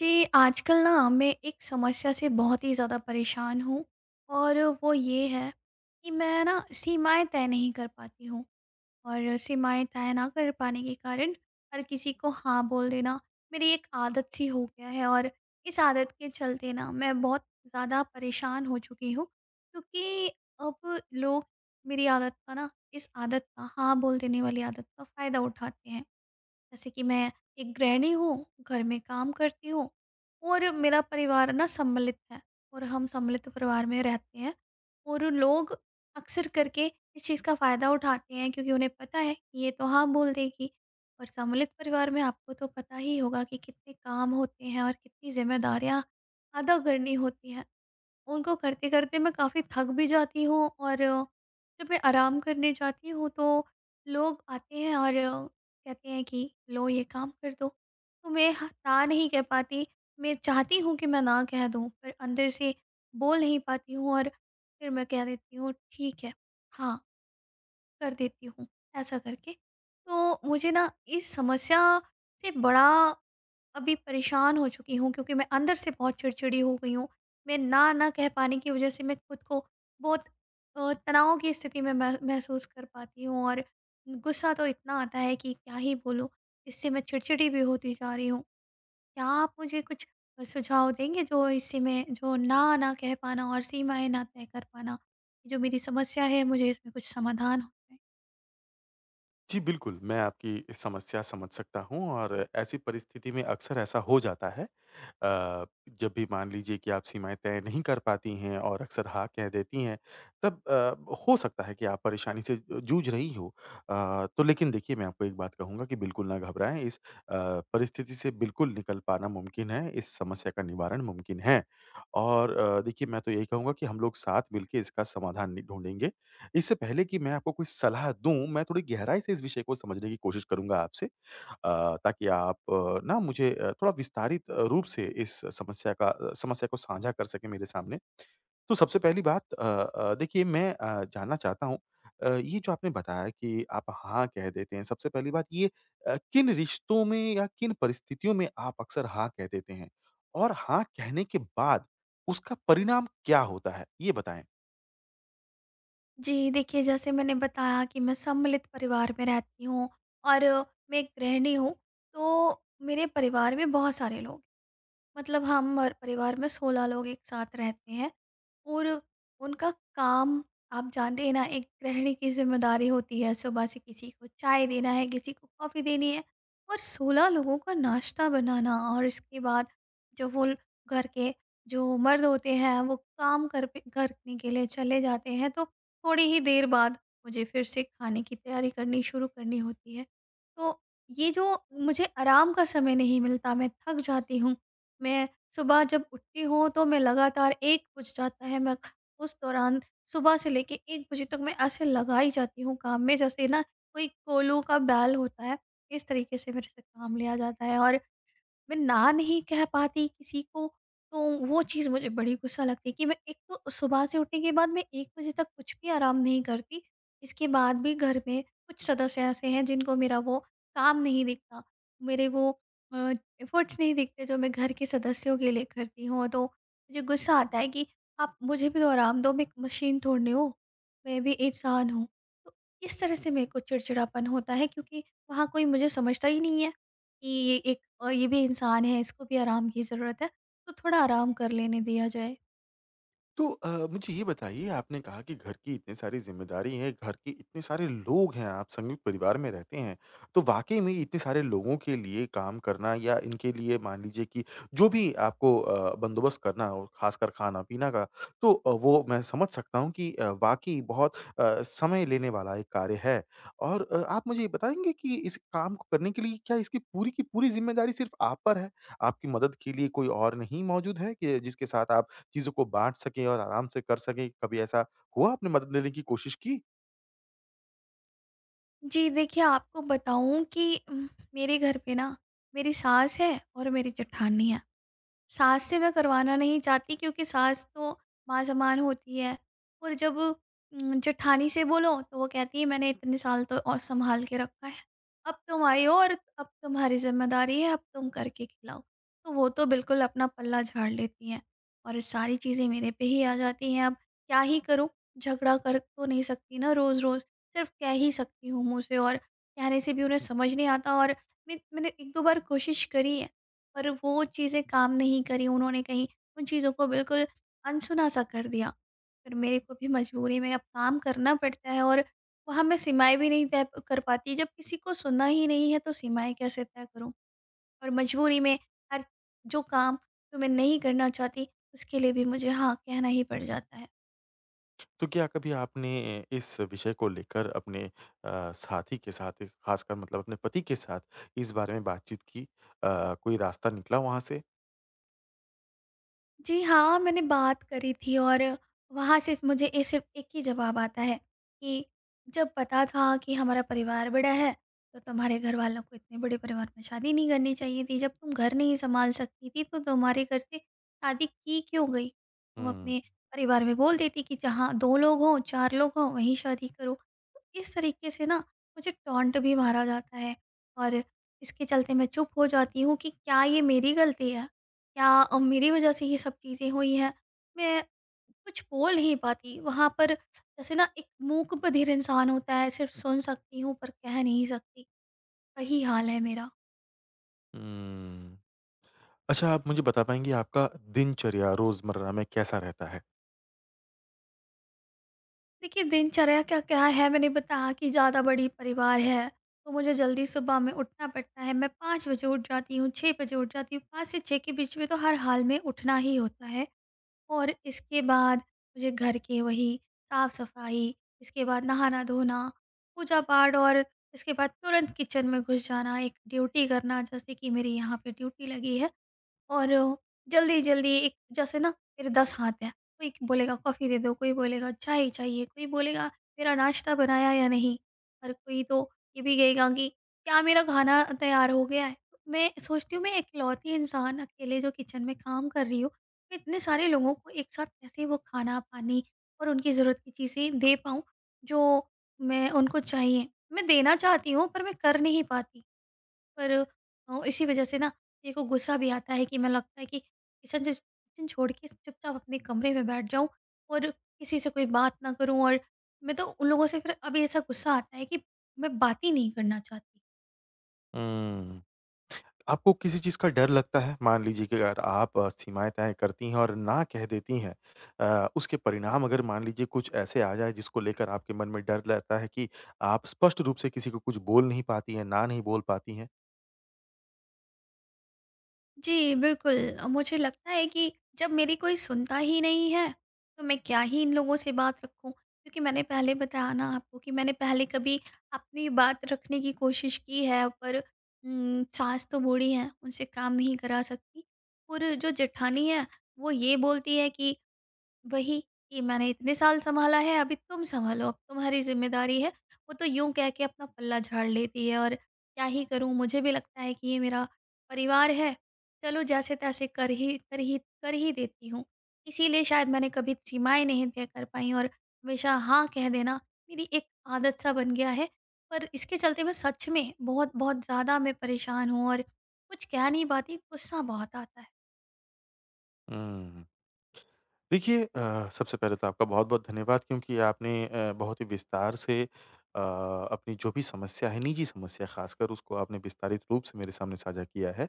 जी, आजकल ना मैं एक समस्या से बहुत ही ज़्यादा परेशान हूँ और वो ये है कि मैं ना सीमाएँ तय नहीं कर पाती हूँ। और सीमाएँ तय ना कर पाने के कारण हर किसी को हाँ बोल देना मेरी एक आदत सी हो गया है। और इस आदत के चलते ना मैं बहुत ज़्यादा परेशान हो चुकी हूँ क्योंकि अब लोग मेरी आदत का ना इस आदत का हाँ बोल देने वाली आदत का फ़ायदा उठाते हैं। जैसे कि मैं एक गृहिणी हूँ, घर में काम करती हूँ और मेरा परिवार ना सम्मिलित है और हम सम्मिलित परिवार में रहते हैं। और लोग अक्सर करके इस चीज़ का फ़ायदा उठाते हैं क्योंकि उन्हें पता है कि ये तो हाँ बोल देगी। और सम्मिलित परिवार में आपको तो पता ही होगा कि कितने काम होते हैं और कितनी ज़िम्मेदारियाँ अदा करनी होती हैं। उनको करते-करते मैं काफ़ी थक भी जाती हूँ और जब मैं आराम करने जाती हूँ तो लोग आते हैं और कहते हैं कि लो ये काम कर दो। तो मैं हाँ, ना नहीं कह पाती। मैं चाहती हूँ कि मैं ना कह दूँ पर अंदर से बोल नहीं पाती हूँ और फिर मैं कह देती हूँ ठीक है, हाँ, कर देती हूँ ऐसा करके। तो मुझे ना इस समस्या से बड़ा अभी परेशान हो चुकी हूँ क्योंकि मैं अंदर से बहुत चिड़चिड़ी हो गई हूँ। मैं ना, ना कह पाने की वज़ह से मैं खुद को बहुत तनाव की स्थिति में मह महसूस कर पाती हूँ और गुस्सा तो इतना आता है कि क्या ही बोलूँ। इससे मैं चिड़चिड़ी भी होती जा रही हूँ। क्या आप मुझे कुछ सुझाव देंगे जो इससे मैं जो ना, ना कह पाना और सीमाएँ ना तय कर पाना, जो मेरी समस्या है मुझे इसमें कुछ समाधान हो? जी, बिल्कुल, मैं आपकी इस समस्या समझ सकता हूँ और ऐसी परिस्थिति में अक्सर ऐसा हो जाता है। जब भी मान लीजिए कि आप सीमाएँ तय नहीं कर पाती हैं और अक्सर हाँ कह देती हैं, तब हो सकता है कि आप परेशानी से जूझ रही हो। तो लेकिन देखिए, मैं आपको एक बात कहूँगा कि बिल्कुल ना घबराएँ, इस अ, परिस्थिति से बिल्कुल निकल पाना मुमकिन है, इस समस्या का निवारण मुमकिन है। और देखिए, मैं तो यही कहूँगा कि हम लोग साथ मिलके इसका समाधान नि ढूँढेंगे इससे पहले कि मैं आपको कोई सलाह दूँ, मैं थोड़ी गहराई से इस विषय को समझने की कोशिश करूँगा आपसे ताकि आप ना मुझे थोड़ा विस्तारित रूप से इस समस्या को साझा कर सकें मेरे सामने। तो सबसे पहली बात देखिए मैं जानना चाहता हूँ ये जो आपने बताया कि आप हाँ कह देते हैं, सबसे पहली बात ये किन रिश्तों में या किन परिस्थितियों में आप अक्सर हाँ कह देते हैं? और हाँ कहने के बाद उसका परिणाम क्या होता है? ये बताएँ। जी, देखिए जैसे मैंने बताया कि मैं सम्मिलित परिवार में रहती हूँ और मैं एक गृहिणी हूँ, तो मेरे परिवार में बहुत सारे लोग हैं। मतलब हम और परिवार में 16 लोग एक साथ रहते हैं और उनका काम आप जानते हैं ना। एक गृहिणी की जिम्मेदारी होती है सुबह से किसी को चाय देना है, किसी को कॉफ़ी देनी है और 16 लोगों का नाश्ता बनाना। और इसके बाद जो वो घर के जो मर्द होते हैं वो काम करने के लिए चले जाते हैं, तो थोड़ी ही देर बाद मुझे फिर से खाने की तैयारी करनी शुरू करनी होती है। तो ये जो मुझे आराम का समय नहीं मिलता, मैं थक जाती हूँ। मैं सुबह जब उठती हूँ तो मैं लगातार 1 बज जाता है। मैं उस दौरान सुबह से लेके 1 बजे तक मैं ऐसे लगाई जाती हूँ काम में जैसे ना कोई कोलू का बैल होता है, इस तरीके से मेरे से काम लिया जाता है। और मैं ना नहीं कह पाती किसी को, तो वो चीज़ मुझे बड़ी गुस्सा लगती है कि मैं एक तो सुबह से उठने के बाद मैं 1 बजे तक कुछ भी आराम नहीं करती। इसके बाद भी घर में कुछ सदस्य ऐसे हैं जिनको मेरा वो काम नहीं दिखता। मेरे वो अ, एफ़र्ट्स नहीं दिखते जो मैं घर के सदस्यों के लिए करती हूँ। तो मुझे गुस्सा आता है कि आप मुझे भी तो आराम दो, मैं एक मशीन थोड़ी हूँ, मैं भी इंसान हूँ। तो इस तरह से मेरे को चिड़चिड़ापन होता है क्योंकि वहाँ कोई मुझे समझता ही नहीं है कि ये ये भी इंसान है, इसको भी आराम की ज़रूरत है, तो थोड़ा आराम कर लेने दिया जाए। तो मुझे ये बताइए आपने कहा कि घर की इतनी सारी ज़िम्मेदारी है, घर के इतने सारे लोग हैं, आप संयुक्त परिवार में रहते हैं। तो वाक़ई में इतने सारे लोगों के लिए काम करना या इनके लिए मान लीजिए कि जो भी आपको बंदोबस्त करना हो, ख़ासकर खाना-पीना का, तो वो मैं समझ सकता हूँ कि वाक़ई बहुत समय लेने वाला एक कार्य है। और आप मुझे ये बताएँगे कि इस काम को करने के लिए क्या इसकी पूरी की पूरी ज़िम्मेदारी सिर्फ़ आप पर है? आपकी मदद के लिए कोई और नहीं मौजूद है कि जिसके साथ आप चीज़ों को बाँट सकें और आराम से कर सकें, कभी ऐसा हुआ आपने मदद लेने की कोशिश की? जी, देखिए आपको बताऊँ कि मेरे घर पे ना मेरी सास है और मेरी जेठानी है। सास से मैं करवाना नहीं चाहती क्योंकि सास तो माँ समान होती है और जब जेठानी से बोलो तो वो कहती है मैंने इतने साल तो और सँभाल के रखा है, अब तुम आई हो और अब तुम्हारी ज़िम्मेदारी है, अब तुम करके खिलाओ। तो वो तो बिल्कुल अपना पल्ला झाड़ लेती हैं और सारी चीज़ें मेरे पे ही आ जाती हैं। अब क्या ही करूँ? झगड़ा कर तो नहीं सकती ना रोज़-रोज़, सिर्फ़ कह ही सकती हूँ मुँह से और कहने से भी उन्हें समझ नहीं आता और मैंने 1-2 बार कोशिश करी है। पर वो चीज़ें काम नहीं करी, उन्होंने कहीं उन चीज़ों को बिल्कुल अनसुना-सा कर दिया। फिर मेरे को भी मजबूरी में अब काम करना पड़ता है और वहाँ मैं सीमाएँ भी नहीं तय कर पाती। जब किसी को सुनना ही नहीं है तो सीमाएँ कैसे तय करूँ? और मजबूरी में हर जो काम जो मैं नहीं करना चाहती उसके लिए भी मुझे हाँ कहना ही पड़ जाता है। तो क्या कभी आपने इस विषय को लेकर अपने साथी के साथ, खासकर मतलब अपने पति के साथ इस बारे में बातचीत की? कोई रास्ता निकला वहाँ से? जी हाँ, मैंने बात करी थी और वहाँ से मुझे ए सिर्फ़ एक ही जवाब आता है कि जब पता था कि हमारा परिवार बड़ा है, तो तुम्हारे घरवालों को इतने बड़े परिवार में शादी नहीं करनी चाहिए थी। जब तुम घर नहीं सँभाल सकती थी, तो तुम्हारे घर से शादी की क्यों गई? तुम हुँ, अपने परिवार में बोल देती कि जहाँ 2 लोग हों, 4 लोग हों, वहीं शादी करो। तो इस तरीके से ना मुझे टॉन्ट भी मारा जाता है और इसके चलते मैं चुप हो जाती हूँ कि क्या ये मेरी गलती है? या मेरी वजह से ये सब चीज़ें हुई हैं, मैं कुछ बोल नहीं पाती। वहाँ पर जैसे ना एक मूक बधिर इंसान होता है, सिर्फ़ सुन सकती हूँ पर कह नहीं सकती, वही हाल है मेरा। हुँ। अच्छा, आप मुझे बता पाएँगी आपका दिनचर्या रोज़मर्रा में कैसा रहता है? देखिए, दिनचर्या का क्या है, मैंने बताया कि ज़्यादा बड़ी परिवार है, तो मुझे जल्दी सुबह में उठना पड़ता है। मैं 5 बजे उठ जाती हूँ, 6 बजे उठ जाती हूँ, 5 से 6 के बीच में तो हर हाल में उठना ही होता है। और इसके बाद मुझे घर के वही साफ-सफाई, इसके बाद नहाना-धोना, पूजा-पाठ और इसके बाद तुरंत किचन में घुस जाना, एक ड्यूटी करना जैसे कि मेरी यहाँ पे ड्यूटी लगी है। और जल्दी-जल्दी एक जैसे ना मेरे 10 हाथ हैं, कोई बोलेगा कॉफ़ी दे दो, कोई बोलेगा चाय चाहिए, कोई बोलेगा मेरा नाश्ता बनाया या नहीं? और कोई तो ये भी कहेगा कि क्या मेरा खाना तैयार हो गया है? तो मैं सोचती हूँ मैं इकलौती इंसान अकेले जो किचन में काम कर रही हूँ, मैं इतने सारे लोगों को एक साथ कैसे वो खाना-पानी और उनकी ज़रूरत की चीज़ें दे पाऊँ, जो मैं उनको चाहिए। मैं देना चाहती हूँ पर मैं कर नहीं पाती। पर इसी वजह से ना मेरे को गुस्सा भी आता है कि मैं लगता है कि किचन जो किचन छोड़ के चुपचाप अपने कमरे में बैठ जाऊं और किसी से कोई बात ना करूं। और मैं तो उन लोगों से फिर अभी ऐसा गुस्सा आता है कि मैं बात ही नहीं करना चाहती। हुँ। आपको किसी चीज़ का डर लगता है? मान लीजिए कि अगर आप सीमाएँ तय करती हैं और ना कह देती हैं उसके परिणाम अगर मान लीजिए कुछ ऐसे आ जाएँ जिसको लेकर आपके मन में डर रहता है कि आप स्पष्ट रूप से किसी को कुछ बोल नहीं पाती हैं, ना नहीं बोल पाती हैं। जी, बिल्कुल। मुझे लगता है कि जब मेरी कोई सुनता ही नहीं है, तो मैं क्या ही इन लोगों से बात रखूँ? क्योंकि मैंने पहले बताया ना आपको कि मैंने पहले कभी अपनी बात रखने की कोशिश की है, पर सास तो बूढ़ी हैं, उनसे काम नहीं करा सकती। और जो जेठानी है, वो ये बोलती है कि वही कि मैंने इतने साल सँभाला है, अभी तुम सँभालो, अब तुम्हारी ज़िम्मेदारी है। वो तो यूँ कह के अपना पल्ला झाड़ लेती है और क्या ही करूँ, मुझे भी लगता है कि ये मेरा परिवार है, चलो जैसे-तैसे कर ही देती हूँ। इसीलिए शायद मैंने कभी सीमाएँ नहीं तय कर पाई और हमेशा हाँ कह देना मेरी एक आदत-सा बन गया है। पर इसके चलते मैं सच में बहुत-बहुत ज़्यादा मैं परेशान हूँ और कुछ कह नहीं पाती, गुस्सा बहुत आता है। हुँ। देखिए सबसे पहले तो आपका बहुत-बहुत धन्यवाद क्योंकि आपने बहुत ही विस्तार से अ, अपनी जो भी समस्या है, निजी समस्या ख़ासकर उसको आपने विस्तारित रूप से मेरे सामने साझा किया है।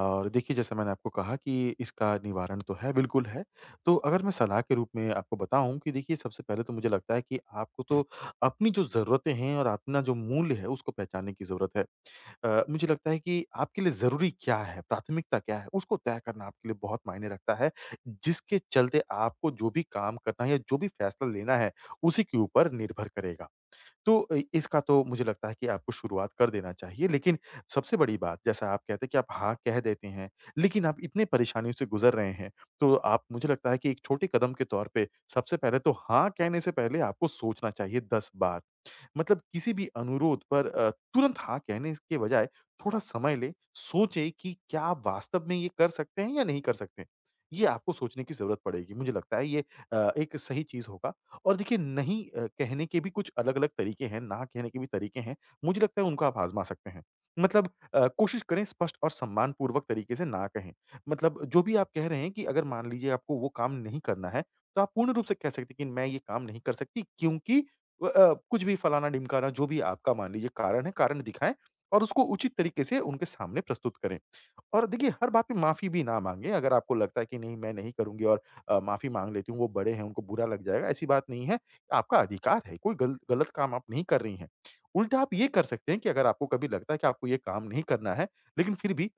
और देखिए जैसे मैंने आपको कहा कि इसका निवारण तो है, बिल्कुल है। तो अगर मैं सलाह के रूप में आपको बताऊँ कि देखिए सबसे पहले तो मुझे लगता है कि आपको तो अपनी जो ज़रूरतें हैं और अपना जो मूल्य है उसको पहचानने की ज़रूरत है। मुझे लगता है कि आपके लिए ज़रूरी क्या है, प्राथमिकता क्या है, उसको तय करना आपके लिए बहुत मायने रखता है, जिसके चलते आपको जो भी काम करना है या जो भी फैसला लेना है, उसी के ऊपर निर्भर करेगा। तो इसका तो मुझे लगता है कि आपको शुरुआत कर देना चाहिए। लेकिन सबसे बड़ी बात जैसा आप कहते हैं कि आप हाँ कह देते हैं, लेकिन आप इतने परेशानियों से गुज़र रहे हैं, तो आप मुझे लगता है कि एक छोटे कदम के तौर पे सबसे पहले तो हाँ कहने से पहले आपको सोचना चाहिए 10 बार। मतलब किसी भी अनुरोध पर तुरंत हाँ कहने के बजाय थोड़ा समय लें, सोचें कि क्या आप वास्तव में ये कर सकते हैं या नहीं कर सकते? ये आपको सोचने की ज़रूरत पड़ेगी। मुझे लगता है ये एक सही चीज़ होगा और देखिए नहीं कहने के भी कुछ अलग-अलग तरीके हैं, ना कहने के भी तरीके हैं। मुझे लगता है उनको आप आज़मा सकते हैं। मतलब कोशिश करें स्पष्ट और सम्मानपूर्वक तरीके से ना कहें। मतलब जो भी आप कह रहे हैं कि अगर मान लीजिए आपको वो काम नहीं करना है, तो आप पूर्ण रूप से कह सकते हैं कि मैं ये काम नहीं कर सकती क्योंकि कुछ भी फलाना-ढिमकाना जो भी आपका मान लीजिए कारण है, कारण दिखाएँ और उसको उचित तरीके से उनके सामने प्रस्तुत करें। और देखिए हर बात पे माफ़ी भी ना माँगे अगर आपको लगता है कि नहीं मैं नहीं करूँगी और माफ़ी माँग लेती हूँ, वो बड़े हैं उनको बुरा लग जाएगा, ऐसी बात नहीं है। आपका अधिकार है, कोई गल गलत काम आप नहीं कर रही हैं। उल्टा आप ये कर सकते हैं कि अगर आपको कभी लगता है कि आपको ये काम नहीं करना है, लेकिन फिर भी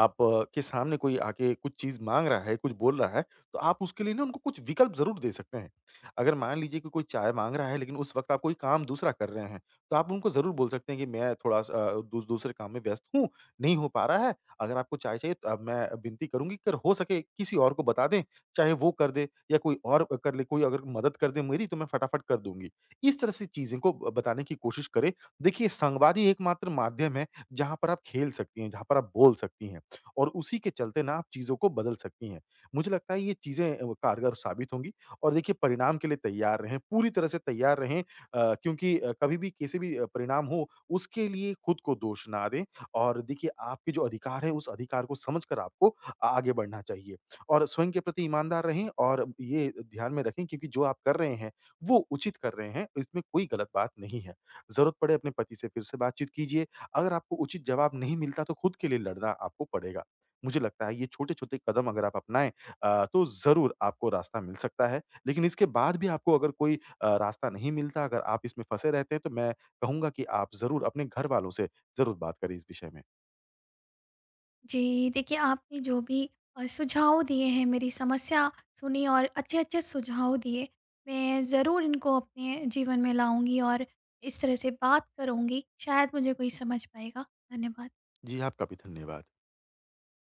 आप के सामने कोई आके कुछ चीज़ माँग रहा है, कुछ बोल रहा है, तो आप उसके लिए ना उनको कुछ विकल्प ज़रूर दे सकते हैं। अगर मान लीजिए कि कोई चाय माँग रहा है, लेकिन उस वक़्त आप कोई काम दूसरा कर रहे हैं, तो आप उनको ज़रूर बोल सकते हैं कि मैं थोड़ा-सा दूसरे काम में व्यस्त हूँ, नहीं हो पा रहा है। अगर आपको चाय चाहिए तो अब मैं विनती करूँगी कि अगर हो सके किसी और को बता दें, चाहे वो कर दे या कोई और कर ले, कोई अगर मदद कर दे मेरी तो मैं फटाफट कर दूँगी। इस तरह से चीज़ें को ब बताने की कोशिश करें। देखिए संवाद ही एकमात्र माध्यम है, जहाँ पर आप खेल सकती हैं, जहाँ पर आप बोल सकती हैं। और उसी के चलते ना आप चीज़ों को बदल सकती हैं। मुझे लगता है ये चीज़ें कारगर साबित होंगी और देखिए परिणाम के लिए तैयार रहें, पूरी तरह से तैयार रहें क्योंकि कभी भी किसी भी परिणाम हो उसके लिए खुद को दोष ना दें और देखिए आपके जो अधिकार हैं उस अधिकार को समझकर आपको आगे बढ़ना चाहिए। और स्वयं के प्रति ईमानदार रहें और ये ध्यान में रखें क्योंकि जो आप कर रहे हैं, वो उचित कर रहे हैं, इसमें कोई गलत बात नहीं है। ज़रूरत पड़े अपने पति से फिर से बातचीत कीजिए, अगर आपको उचित जवाब नहीं मिलता तो खुद के लिए लड़ना आपको पड़ेगा। मुझे लगता है ये छोटे-छोटे कदम अगर आप अपनाएँ तो ज़रूर आपको रास्ता मिल सकता है। लेकिन इसके बाद भी आपको अगर कोई रास्ता नहीं मिलता, अगर आप इसमें फँसे रहते हैं, तो मैं कहूँगा कि आप ज़रूर अपने घरवालों से ज़रूर बात करें इस विषय में। जी, देखिए आपने जो भी सुझाव दिए हैं, मेरी समस्या सुनी और अच्छे-अच्छे सुझाव दिए। मैं ज़रूर इनको अपने जीवन में लाऊँगी और इस तरह से बात करूँगी, शायद मुझे कोई समझ पाएगा। धन्यवाद। जी, आपका भी धन्यवाद।